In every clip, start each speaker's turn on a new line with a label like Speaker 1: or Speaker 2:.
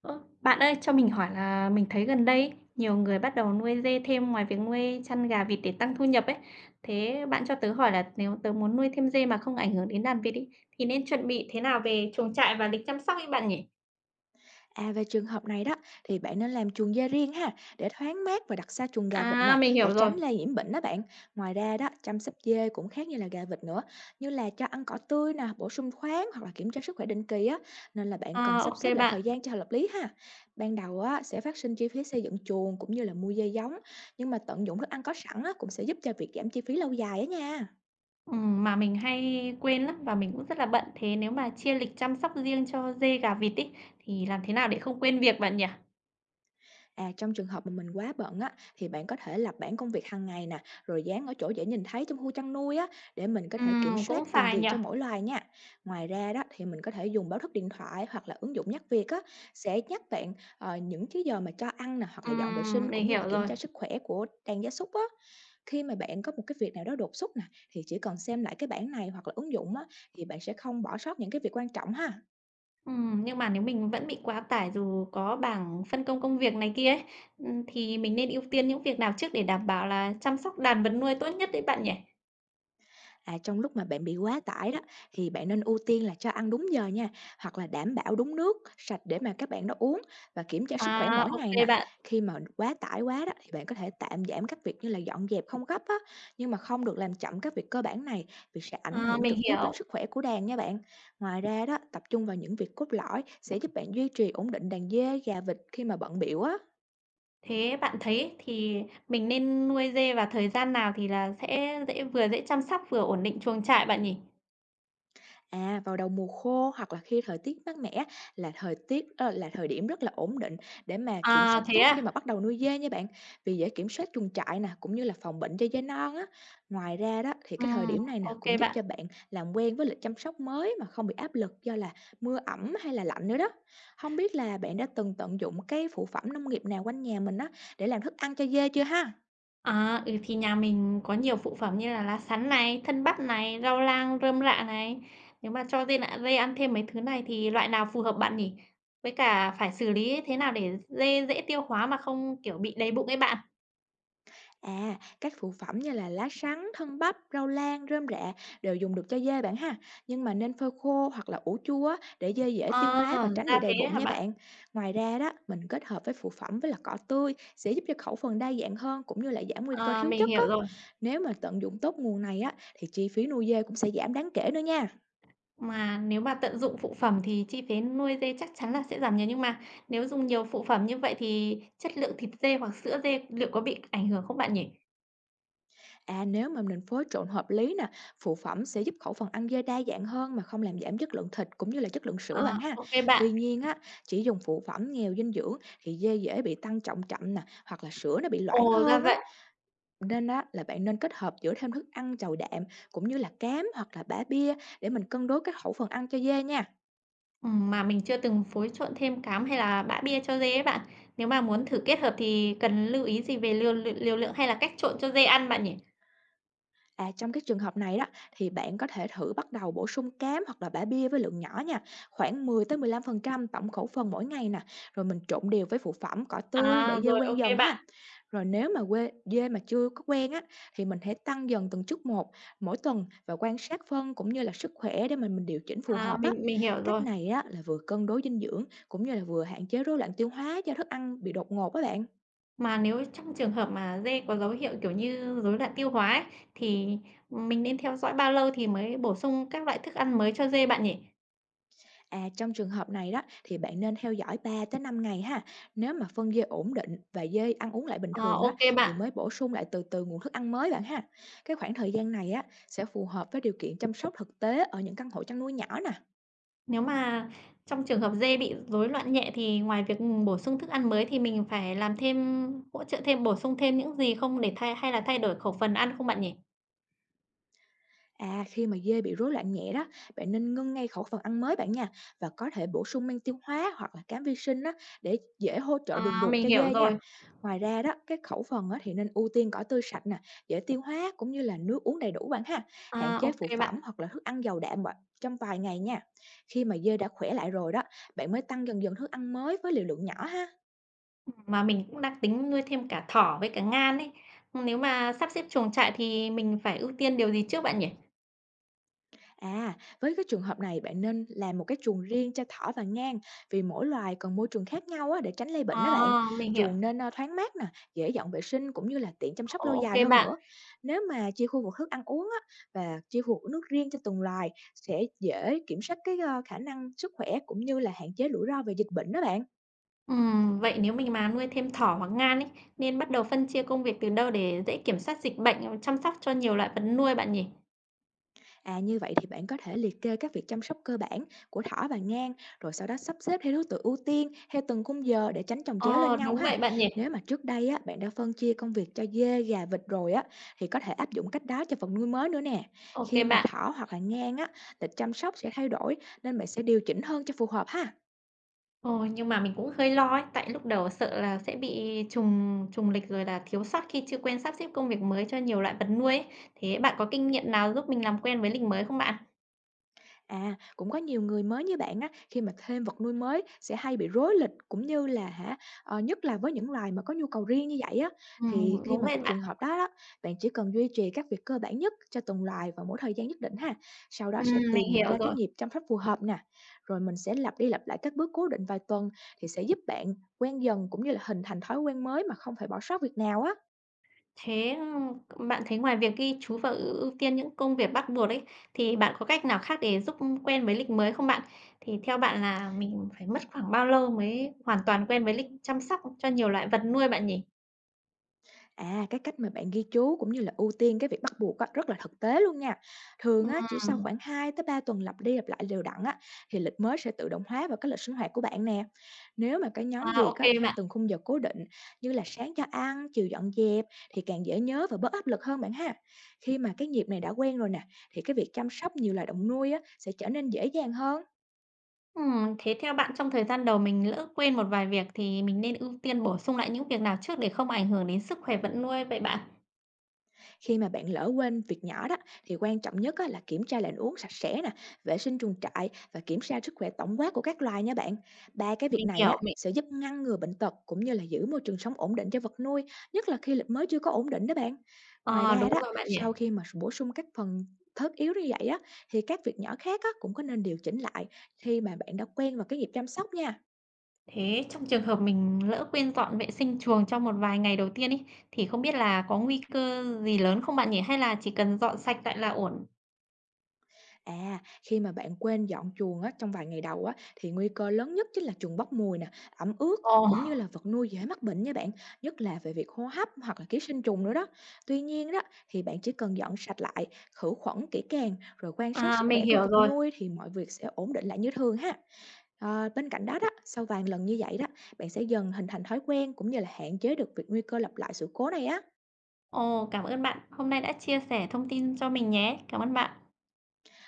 Speaker 1: Ơ, bạn ơi, cho mình hỏi là mình thấy gần đây ấy, nhiều người bắt đầu nuôi dê thêm ngoài việc nuôi chăn gà vịt để tăng thu nhập ấy. Thế bạn cho tớ hỏi là nếu tớ muốn nuôi thêm dê mà không ảnh hưởng đến đàn vịt ý, thì nên chuẩn bị thế nào về chuồng trại và lịch chăm sóc ấy bạn nhỉ?
Speaker 2: À, về trường hợp này đó thì bạn nên làm chuồng dê riêng ha, để thoáng mát và đặt xa chuồng gà vịt nè,
Speaker 1: À, mình hiểu
Speaker 2: để
Speaker 1: rồi.
Speaker 2: tránh lây nhiễm bệnh đó bạn. Ngoài ra đó, chăm sóc dê cũng khác như là gà vịt nữa, như là cho ăn cỏ tươi nè, bổ sung khoáng hoặc là kiểm tra sức khỏe định kỳ á, nên là bạn cần
Speaker 1: Ờ,
Speaker 2: sắp
Speaker 1: ok
Speaker 2: xếp lại
Speaker 1: bạn.
Speaker 2: thời gian cho hợp lý ha. Ban đầu á, sẽ phát sinh chi phí xây dựng chuồng cũng như là mua dê giống, nhưng mà tận dụng thức ăn có sẵn á cũng sẽ giúp cho việc giảm chi phí lâu dài á nha.
Speaker 1: Mà mình hay quên lắm và mình cũng rất là bận. Thế nếu mà chia lịch chăm sóc riêng cho dê gà vịt ý, thì làm thế nào để không quên việc bạn nhỉ?
Speaker 2: À, trong trường hợp mà mình quá bận á, thì bạn có thể lập bảng công việc hàng ngày nè, rồi dán ở chỗ dễ nhìn thấy trong khu chăn nuôi á, để mình có thể kiểm soát
Speaker 1: Cũng
Speaker 2: từng
Speaker 1: phải
Speaker 2: việc
Speaker 1: nhỉ.
Speaker 2: cho mỗi loài nha. Ngoài ra đó, thì mình có thể dùng báo thức điện thoại hoặc là ứng dụng nhắc việc á, sẽ nhắc bạn những cái giờ mà cho ăn nè, hoặc là dọn vệ sinh cũng
Speaker 1: Mình
Speaker 2: như
Speaker 1: hiểu
Speaker 2: là kiểm
Speaker 1: rồi.
Speaker 2: tra sức khỏe của đàn gia súc á. Khi mà bạn có một cái việc nào đó đột xuất nè, thì chỉ cần xem lại cái bảng này hoặc là ứng dụng á, thì bạn sẽ không bỏ sót những cái việc quan trọng ha.
Speaker 1: Nhưng mà nếu mình vẫn bị quá tải dù có bảng phân công công việc này kia ấy, thì mình nên ưu tiên những việc nào trước để đảm bảo là chăm sóc đàn vật nuôi tốt nhất đấy bạn nhỉ?
Speaker 2: À, trong lúc mà bạn bị quá tải đó, thì bạn nên ưu tiên là cho ăn đúng giờ nha, hoặc là đảm bảo đúng nước sạch để mà các bạn đó uống, và kiểm tra
Speaker 1: À,
Speaker 2: sức khỏe mỗi
Speaker 1: ô
Speaker 2: ngày nè.
Speaker 1: bạn,
Speaker 2: Khi mà quá tải quá đó, thì bạn có thể tạm giảm các việc như là dọn dẹp không gấp á, nhưng mà không được làm chậm các việc cơ bản này, vì sẽ ảnh
Speaker 1: à,
Speaker 2: hưởng
Speaker 1: mình
Speaker 2: trực tiếp đến
Speaker 1: hiểu.
Speaker 2: sức khỏe của đàn nha bạn. Ngoài ra đó, tập trung vào những việc cốt lõi sẽ giúp bạn duy trì ổn định đàn dê, gà, vịt khi mà bận biểu á.
Speaker 1: Thế bạn thấy thì mình nên nuôi dê vào thời gian nào thì là sẽ dễ vừa dễ chăm sóc vừa ổn định chuồng trại bạn nhỉ?
Speaker 2: À, vào đầu mùa khô hoặc là khi thời tiết mát mẻ, là thời điểm rất là ổn định để mà kiểm soát
Speaker 1: À, thế
Speaker 2: tốt khi
Speaker 1: à?
Speaker 2: mà bắt đầu nuôi dê nha bạn. Vì dễ kiểm soát chuồng trại nè, cũng như là phòng bệnh cho dê non á. Ngoài ra đó, thì cái thời điểm này nè
Speaker 1: Ô
Speaker 2: cũng giúp
Speaker 1: bạn.
Speaker 2: cho bạn làm quen với lịch chăm sóc mới mà không bị áp lực do là mưa ẩm hay là lạnh nữa đó. Không biết là bạn đã từng tận dụng cái phụ phẩm nông nghiệp nào quanh nhà mình á, để làm thức ăn cho dê chưa ha?
Speaker 1: À, ừ, thì nhà mình có nhiều phụ phẩm như là lá sắn này, thân bắp này, rau lang, rơm rạ này. Nếu mà cho dê nạ dê ăn thêm mấy thứ này thì loại nào phù hợp bạn nhỉ? Với cả phải xử lý thế nào để dê dễ tiêu hóa mà không, kiểu, bị đầy bụng ấy bạn?
Speaker 2: À, các phụ phẩm như là lá sắn, thân bắp, rau lang, rơm rạ đều dùng được cho dê bạn ha. Nhưng mà nên phơi khô hoặc là ủ chua á, để dê dễ tiêu
Speaker 1: Ờ,
Speaker 2: hóa và tránh bị
Speaker 1: ra
Speaker 2: đầy
Speaker 1: thế
Speaker 2: bụng
Speaker 1: hả
Speaker 2: nha
Speaker 1: bạn?
Speaker 2: bạn. Ngoài ra đó, mình kết hợp với phụ phẩm với là cỏ tươi sẽ giúp cho khẩu phần đa dạng hơn, cũng như là giảm nguy cơ
Speaker 1: Ờ,
Speaker 2: thiếu
Speaker 1: mình
Speaker 2: chất
Speaker 1: hiểu
Speaker 2: á.
Speaker 1: rồi.
Speaker 2: Nếu mà tận dụng tốt nguồn này á, thì chi phí nuôi dê cũng sẽ giảm đáng kể nữa nha.
Speaker 1: Mà nếu mà tận dụng phụ phẩm thì chi phí nuôi dê chắc chắn là sẽ giảm nhiều, nhưng mà nếu dùng nhiều phụ phẩm như vậy thì chất lượng thịt dê hoặc sữa dê liệu có bị ảnh hưởng không bạn nhỉ?
Speaker 2: À, nếu mà mình phối trộn hợp lý nè, phụ phẩm sẽ giúp khẩu phần ăn dê đa dạng hơn mà không làm giảm chất lượng thịt, cũng như là chất lượng sữa bạn
Speaker 1: À,
Speaker 2: ha.
Speaker 1: ô
Speaker 2: Tuy
Speaker 1: bạn.
Speaker 2: nhiên á, chỉ dùng phụ phẩm nghèo dinh dưỡng thì dê dễ bị tăng trọng chậm nè, hoặc là sữa nó bị loãng
Speaker 1: Ồ, ra
Speaker 2: hơn á.
Speaker 1: vậy.
Speaker 2: Nên á, là bạn nên kết hợp giữa thêm thức ăn chầu đạm, cũng như là cám hoặc là bã bia, để mình cân đối các khẩu phần ăn cho dê nha.
Speaker 1: Mà mình chưa từng phối trộn thêm cám hay là bã bia cho dê ấy bạn. Nếu mà muốn thử kết hợp thì cần lưu ý gì về liều lượng hay là cách trộn cho dê ăn bạn nhỉ?
Speaker 2: À, trong cái trường hợp này đó, thì bạn có thể thử bắt đầu bổ sung cám hoặc là bã bia với lượng nhỏ nha, khoảng 10 tới 15% tổng khẩu phần mỗi ngày nè, rồi mình trộn đều với phụ phẩm cỏ tươi để
Speaker 1: À,
Speaker 2: dê
Speaker 1: rồi, ô
Speaker 2: quen
Speaker 1: kê
Speaker 2: dần
Speaker 1: bạn.
Speaker 2: ha. Rồi nếu mà quê dê mà chưa có quen á, thì mình hãy tăng dần từng chút một mỗi tuần, và quan sát phân cũng như là sức khỏe để mình điều chỉnh phù
Speaker 1: À,
Speaker 2: hợp á.
Speaker 1: mình hiểu
Speaker 2: Cách
Speaker 1: rồi.
Speaker 2: này á, là vừa cân đối dinh dưỡng, cũng như là vừa hạn chế rối loạn tiêu hóa do thức ăn bị đột ngột á bạn.
Speaker 1: Mà nếu trong trường hợp mà dê có dấu hiệu, kiểu như, rối loạn tiêu hóa ấy, thì mình nên theo dõi bao lâu thì mới bổ sung các loại thức ăn mới cho dê bạn nhỉ?
Speaker 2: À, trong trường hợp này đó, thì bạn nên theo dõi 3 tới 5 ngày ha. Nếu mà phân dê ổn định và dê ăn uống lại bình
Speaker 1: Ờ,
Speaker 2: thường á,
Speaker 1: ô kê
Speaker 2: thì
Speaker 1: bạn.
Speaker 2: mới bổ sung lại từ từ nguồn thức ăn mới bạn ha. Cái khoảng thời gian này á sẽ phù hợp với điều kiện chăm sóc thực tế ở những căn hộ chăn nuôi nhỏ nè.
Speaker 1: Nếu mà trong trường hợp dê bị rối loạn nhẹ thì ngoài việc, bổ sung thức ăn mới thì mình phải làm thêm hỗ trợ thêm, bổ sung thêm những gì không để thay hay là thay đổi khẩu phần ăn không bạn nhỉ?
Speaker 2: À, khi mà dê bị rối loạn nhẹ đó, bạn nên ngưng ngay khẩu phần ăn mới bạn nha, và có thể bổ sung men tiêu hóa hoặc là cám vi sinh á, để dễ hỗ trợ đường
Speaker 1: À,
Speaker 2: ruột
Speaker 1: mình
Speaker 2: cho
Speaker 1: hiểu
Speaker 2: dê nha.
Speaker 1: rồi.
Speaker 2: Ngoài ra đó, cái khẩu phần á, thì nên ưu tiên cỏ tươi sạch nè, dễ tiêu hóa, cũng như là nước uống đầy đủ bạn ha. Hạn
Speaker 1: À, ô
Speaker 2: chế phụ
Speaker 1: kê bạn.
Speaker 2: phẩm hoặc là thức ăn giàu đạm bạn trong vài ngày nha. Khi mà dê đã khỏe lại rồi đó, bạn mới tăng dần dần thức ăn mới với liều lượng nhỏ ha.
Speaker 1: Mà mình cũng đang tính nuôi thêm cả thỏ với cả ngan ấy. Nếu mà sắp xếp chuồng trại thì mình phải ưu tiên điều gì trước bạn nhỉ?
Speaker 2: À, với cái trường hợp này, bạn nên làm một cái chuồng riêng cho thỏ và ngan, vì mỗi loài cần môi trường khác nhau á, để tránh lây bệnh đó
Speaker 1: À,
Speaker 2: bạn.
Speaker 1: mình hiểu.
Speaker 2: Chuồng nên thoáng mát nè, dễ dọn vệ sinh, cũng như là tiện chăm sóc
Speaker 1: Ô
Speaker 2: lâu
Speaker 1: ô
Speaker 2: dài
Speaker 1: kê
Speaker 2: hơn
Speaker 1: bạn.
Speaker 2: nữa. Nếu mà chia khu vực thức ăn uống á, và chia khu vực nước riêng cho từng loài, sẽ dễ kiểm soát cái khả năng sức khỏe, cũng như là hạn chế rủi ro về dịch bệnh đó bạn.
Speaker 1: Vậy nếu mình mà nuôi thêm thỏ hoặc ngan ấy, nên bắt đầu phân chia công việc từ đâu để dễ kiểm soát dịch bệnh, chăm sóc cho nhiều loại vật nuôi bạn nhỉ?
Speaker 2: À, như vậy thì bạn có thể liệt kê các việc chăm sóc cơ bản của thỏ và ngan, rồi sau đó sắp xếp theo thứ tự ưu tiên, theo từng khung giờ để tránh chồng chéo lên
Speaker 1: Ờ,
Speaker 2: nhau
Speaker 1: đúng
Speaker 2: ha.
Speaker 1: vậy bạn nhỉ.
Speaker 2: Nếu mà trước đây á, bạn đã phân chia công việc cho dê, gà, vịt rồi á, thì có thể áp dụng cách đó cho phần nuôi mới nữa nè.
Speaker 1: OK
Speaker 2: Khi mà
Speaker 1: bạn.
Speaker 2: thỏ hoặc là ngan á, lịch chăm sóc sẽ thay đổi, nên bạn sẽ điều chỉnh hơn cho phù hợp ha.
Speaker 1: Ờ, nhưng mà mình cũng hơi lo ấy, tại lúc đầu sợ là sẽ bị trùng trùng lịch rồi là thiếu sót khi chưa quen sắp xếp công việc mới cho nhiều loại vật nuôi ấy. Thế bạn có kinh nghiệm nào giúp mình làm quen với lịch mới không bạn?
Speaker 2: À, cũng có nhiều người mới như bạn á, khi mà thêm vật nuôi mới sẽ hay bị rối lịch, cũng như là nhất là với những loài mà có nhu cầu riêng như vậy á, thì khi
Speaker 1: Đúng
Speaker 2: mà gặp
Speaker 1: vậy bạn.
Speaker 2: trường hợp đó đó, bạn chỉ cần duy trì các việc cơ bản nhất cho từng loài vào mỗi thời gian nhất định ha. Sau đó
Speaker 1: Ừm,
Speaker 2: sẽ
Speaker 1: mình
Speaker 2: tìm ra
Speaker 1: hiểu
Speaker 2: cái
Speaker 1: rồi.
Speaker 2: nhịp chăm sóc phù hợp nè. Rồi mình sẽ lặp đi lặp lại các bước cố định vài tuần, thì sẽ giúp bạn quen dần, cũng như là hình thành thói quen mới mà không phải bỏ sót việc nào á.
Speaker 1: Thế, bạn thấy ngoài việc ghi chú và ưu ưu tiên những công việc bắt buộc ấy, thì bạn có cách nào khác để giúp quen với lịch mới không bạn? Thì theo bạn là mình phải mất khoảng bao lâu mới hoàn toàn quen với lịch chăm sóc cho nhiều loại vật nuôi bạn nhỉ?
Speaker 2: À, cái cách mà bạn ghi chú cũng như là ưu tiên cái việc bắt buộc á, rất là thực tế luôn nha. Thường
Speaker 1: Ừm,
Speaker 2: á, chỉ sau khoảng 2 tới 3 tuần lặp đi lặp lại đều đặn á, thì lịch mới sẽ tự động hóa vào cái lịch sinh hoạt của bạn nè. Nếu mà cái nhóm
Speaker 1: à,
Speaker 2: việc
Speaker 1: OK
Speaker 2: á, theo
Speaker 1: bạn.
Speaker 2: từng khung giờ cố định như là sáng cho ăn, chiều dọn dẹp, thì càng dễ nhớ và bớt áp lực hơn bạn ha. Khi mà cái nhịp này đã quen rồi nè, thì cái việc chăm sóc nhiều loài động nuôi á sẽ trở nên dễ dàng hơn.
Speaker 1: Thế theo bạn trong thời gian đầu mình lỡ quên một vài việc thì mình nên ưu tiên bổ sung lại những việc nào trước để không ảnh hưởng đến sức khỏe vật nuôi vậy bạn?
Speaker 2: Khi mà bạn lỡ quên việc nhỏ đó, thì quan trọng nhất á, là kiểm tra lệnh uống sạch sẽ nè, vệ sinh chuồng trại và kiểm tra sức khỏe tổng quát của các loài nha bạn. Ba cái việc
Speaker 1: Mình
Speaker 2: này á
Speaker 1: hiểu, mình
Speaker 2: sẽ giúp ngăn ngừa bệnh tật, cũng như là giữ môi trường sống ổn định cho vật nuôi, nhất là khi lịch mới chưa có ổn định đó bạn. Ngoài
Speaker 1: ờ,
Speaker 2: ra
Speaker 1: đúng
Speaker 2: đó,
Speaker 1: rồi bạn nhỉ.
Speaker 2: sau khi mà bổ sung các phần thớt yếu như vậy á, thì các việc nhỏ khác á cũng có nên điều chỉnh lại khi mà bạn đã quen vào cái nhịp chăm sóc nha.
Speaker 1: Thế trong trường hợp mình lỡ quên dọn vệ sinh chuồng trong một vài ngày đầu tiên ấy, thì không biết là có nguy cơ gì lớn không bạn nhỉ? Hay là chỉ cần dọn sạch lại là ổn?
Speaker 2: À, khi mà bạn quên dọn chuồng á, trong vài ngày đầu á, thì nguy cơ lớn nhất chính là chuồng bốc mùi nè, ẩm ướt,
Speaker 1: Ồ,
Speaker 2: cũng như là vật nuôi dễ mắc bệnh nha bạn, nhất là về việc hô hấp hoặc là ký sinh trùng nữa đó. Tuy nhiên đó, thì bạn chỉ cần dọn sạch lại, khử khuẩn kỹ càng, rồi quan sát
Speaker 1: à,
Speaker 2: sức khỏe
Speaker 1: mình
Speaker 2: của
Speaker 1: hiểu
Speaker 2: vật
Speaker 1: rồi.
Speaker 2: nuôi thì mọi việc sẽ ổn định lại như thường ha. À, bên cạnh đó đó, sau vài lần như vậy đó, bạn sẽ dần hình thành thói quen, cũng như là hạn chế được việc nguy cơ lặp lại sự cố này á.
Speaker 1: Ồ, cảm ơn bạn. Hôm nay đã chia sẻ thông tin cho mình nhé. Cảm ơn bạn.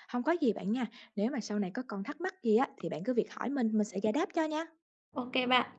Speaker 2: Không có gì bạn nha, nếu mà sau này có còn thắc mắc gì á, thì bạn cứ việc hỏi mình sẽ giải đáp cho nha.
Speaker 1: OK bạn.